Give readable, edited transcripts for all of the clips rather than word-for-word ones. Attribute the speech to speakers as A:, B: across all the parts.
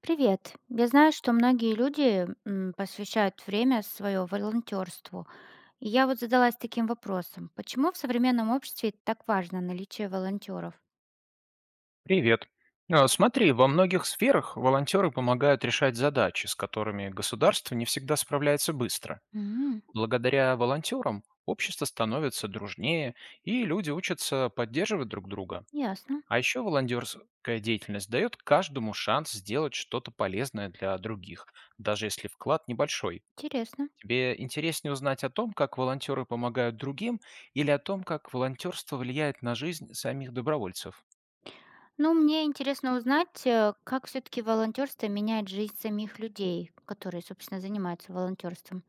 A: Привет. Я знаю, что многие люди посвящают время свое волонтерству. И я вот задалась таким вопросом. Почему в современном обществе так важно наличие волонтеров?
B: Привет. Смотри, во многих сферах волонтеры помогают решать задачи, с которыми государство не всегда справляется быстро.
A: М,
B: Благодаря волонтерам общество становится дружнее, и люди учатся поддерживать друг друга.
A: ясно.
B: А еще волонтерская деятельность дает каждому шанс сделать что-то полезное для других, даже если вклад небольшой.
A: Интересно.
B: Тебе интереснее узнать о том, как волонтеры помогают другим, или о том, как волонтерство влияет на жизнь самих добровольцев?
A: Ну, мне интересно узнать, как все-таки волонтерство меняет жизнь самих людей, которые, собственно, занимаются волонтерством.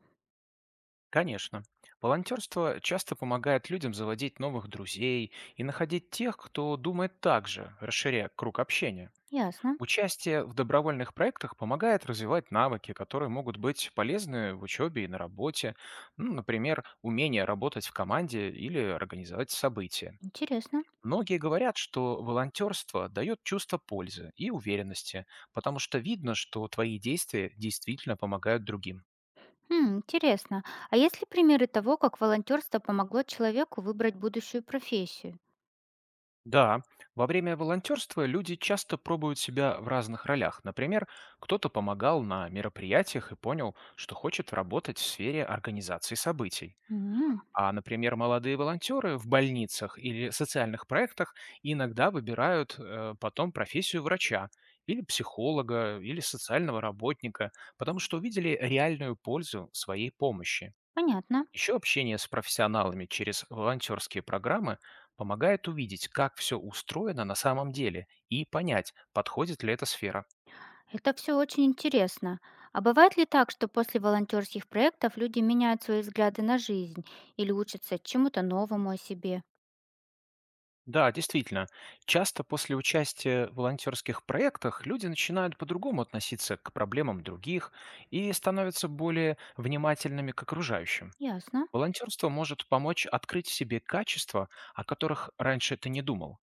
B: Конечно. Волонтерство часто помогает людям заводить новых друзей и находить тех, кто думает так же, расширяя круг общения.
A: Ясно.
B: Участие в добровольных проектах помогает развивать навыки, которые могут быть полезны в учебе и на работе, ну, например, умение работать в команде или организовать события.
A: Интересно.
B: Многие говорят, что волонтерство дает чувство пользы и уверенности, потому что видно, что твои действия действительно помогают другим.
A: М, интересно. А есть ли примеры того, как волонтерство помогло человеку выбрать будущую профессию?
B: Да, во время волонтерства люди часто пробуют себя в разных ролях. Например, кто-то помогал на мероприятиях и понял, что хочет работать в сфере организации событий.
A: М,
B: А, например, молодые волонтеры в больницах или социальных проектах иногда выбирают потом профессию врача или психолога, или социального работника, потому что увидели реальную пользу своей помощи.
A: понятно.
B: Еще общение с профессионалами через волонтерские программы помогает увидеть, как все устроено на самом деле и понять, подходит ли эта сфера.
A: Это все очень интересно. А бывает ли так, что после волонтерских проектов люди меняют свои взгляды на жизнь или учатся чему-то новому о себе?
B: Да, действительно, часто после участия в волонтерских проектах люди начинают по-другому относиться к проблемам других и становятся более внимательными к окружающим.
A: Ясно.
B: Волонтерство может помочь открыть в себе качества, о которых раньше ты не думал.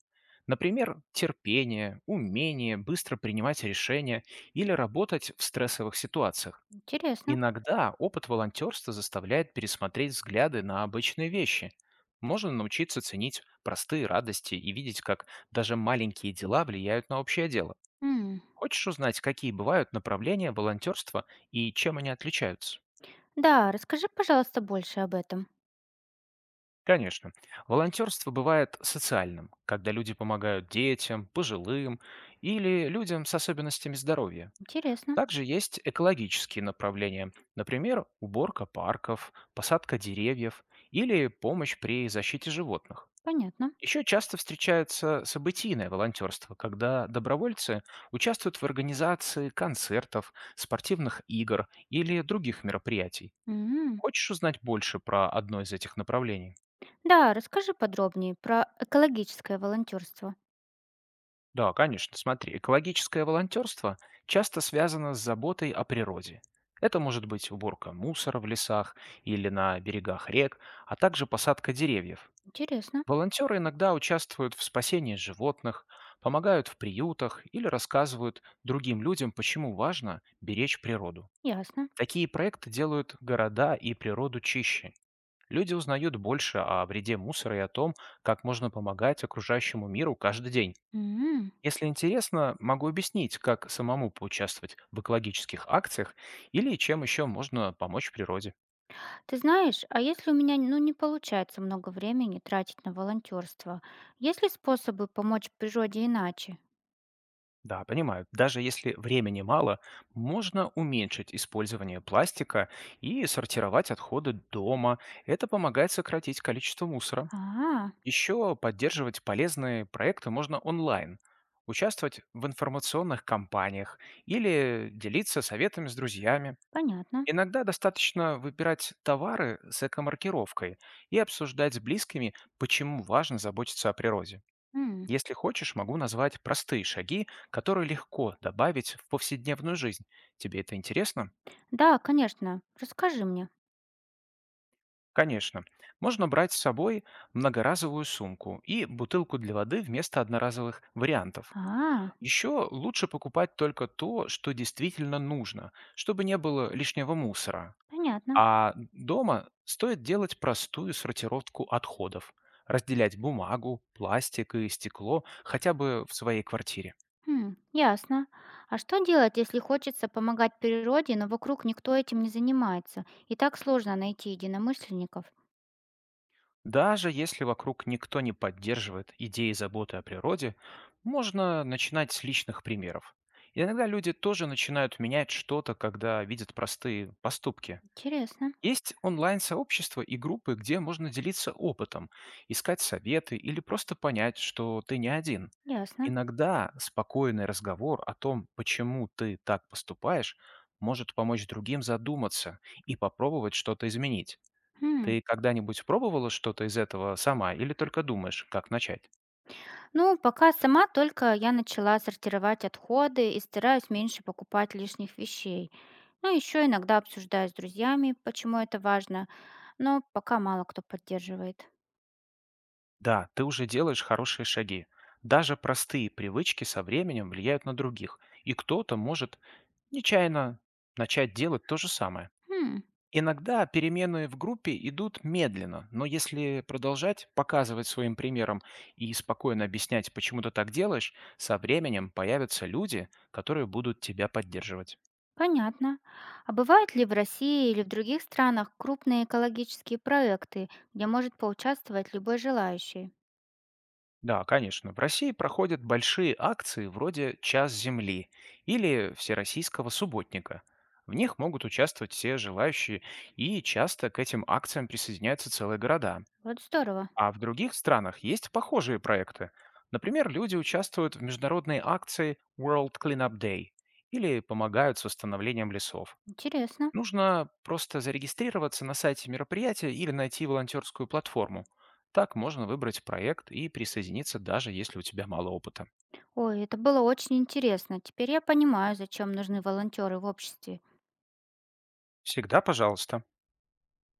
B: Например, терпение, умение быстро принимать решения или работать в стрессовых ситуациях.
A: Интересно.
B: Иногда опыт волонтерства заставляет пересмотреть взгляды на обычные вещи. Можно научиться ценить простые радости и видеть, как даже маленькие дела влияют на общее дело.
A: М.
B: Хочешь узнать, какие бывают направления волонтерства и чем они отличаются?
A: Да, расскажи, пожалуйста, больше об этом.
B: Конечно. Волонтерство бывает социальным, когда люди помогают детям, пожилым или людям с особенностями здоровья.
A: Интересно.
B: Также есть экологические направления, например, уборка парков, посадка деревьев или помощь при защите животных.
A: Понятно.
B: Еще часто встречается событийное волонтерство, когда добровольцы участвуют в организации концертов, спортивных игр или других мероприятий.
A: М.
B: Хочешь узнать больше про одно из этих направлений?
A: Да, расскажи подробнее про экологическое волонтерство.
B: Да, конечно. Смотри, экологическое волонтерство часто связано с заботой о природе. Это может быть уборка мусора в лесах или на берегах рек, а также посадка деревьев.
A: Интересно.
B: Волонтеры иногда участвуют в спасении животных, помогают в приютах или рассказывают другим людям, почему важно беречь природу.
A: Ясно.
B: Такие проекты делают города и природу чище. Люди узнают больше о вреде мусора и о том, как можно помогать окружающему миру каждый день.
A: М.
B: Если интересно, могу объяснить, как самому поучаствовать в экологических акциях или чем еще можно помочь природе.
A: Ты знаешь, а если у меня ну, не получается много времени тратить на волонтерство, есть ли способы помочь природе иначе?
B: Да, понимаю, даже если времени мало, можно уменьшить использование пластика и сортировать отходы дома. Это помогает сократить количество мусора.
A: А,
B: Еще поддерживать полезные проекты можно онлайн, участвовать в информационных кампаниях или делиться советами с друзьями.
A: понятно.
B: Иногда достаточно выбирать товары с эко-маркировкой и обсуждать с близкими, почему важно заботиться о природе.
A: М.
B: Если хочешь, могу назвать простые шаги, которые легко добавить в повседневную жизнь. Тебе это интересно?
A: Да, конечно. Расскажи мне.
B: Конечно. Можно брать с собой многоразовую сумку и бутылку для воды вместо одноразовых вариантов.
A: А,
B: Еще лучше покупать только то, что действительно нужно, чтобы не было лишнего мусора.
A: понятно.
B: А дома стоит делать простую сортировку отходов, разделять бумагу, пластик и стекло хотя бы в своей квартире.
A: М, ясно. А что делать, если хочется помогать природе, но вокруг никто этим не занимается? И так сложно найти единомышленников.
B: Даже если вокруг никто не поддерживает идеи заботы о природе, можно начинать с личных примеров. Иногда люди тоже начинают менять что-то, когда видят простые поступки.
A: Интересно.
B: Есть онлайн-сообщества и группы, где можно делиться опытом, искать советы или просто понять, что ты не один.
A: Ясно.
B: Иногда спокойный разговор о том, почему ты так поступаешь, может помочь другим задуматься и попробовать что-то изменить.
A: М.
B: Ты когда-нибудь пробовала что-то из этого сама или только думаешь, как начать?
A: Ну, пока сама только я начала сортировать отходы и стараюсь меньше покупать лишних вещей. Ну, еще иногда обсуждаю с друзьями, почему это важно, но пока мало кто поддерживает.
B: Да, ты уже делаешь хорошие шаги. Даже простые привычки со временем влияют на других, и кто-то может нечаянно начать делать то же самое.
A: Хм.
B: Иногда перемены в группе идут медленно, но если продолжать показывать своим примером и спокойно объяснять, почему ты так делаешь, со временем появятся люди, которые будут тебя поддерживать.
A: Понятно. А бывают ли в России или в других странах крупные экологические проекты, где может поучаствовать любой желающий?
B: Да, конечно. В России проходят большие акции вроде «Час земли» или «Всероссийского субботника». В них могут участвовать все желающие, и часто к этим акциям присоединяются целые города.
A: Вот здорово,
B: А в других странах есть похожие проекты. Например, люди участвуют в международной акции World Cleanup Day или помогают с восстановлением лесов.
A: интересно.
B: Нужно просто зарегистрироваться на сайте мероприятия или найти волонтерскую платформу. Так можно выбрать проект и присоединиться, даже если у тебя мало опыта.
A: Ой, это было очень интересно. Теперь я понимаю, зачем нужны волонтеры в обществе.
B: Всегда пожалуйста.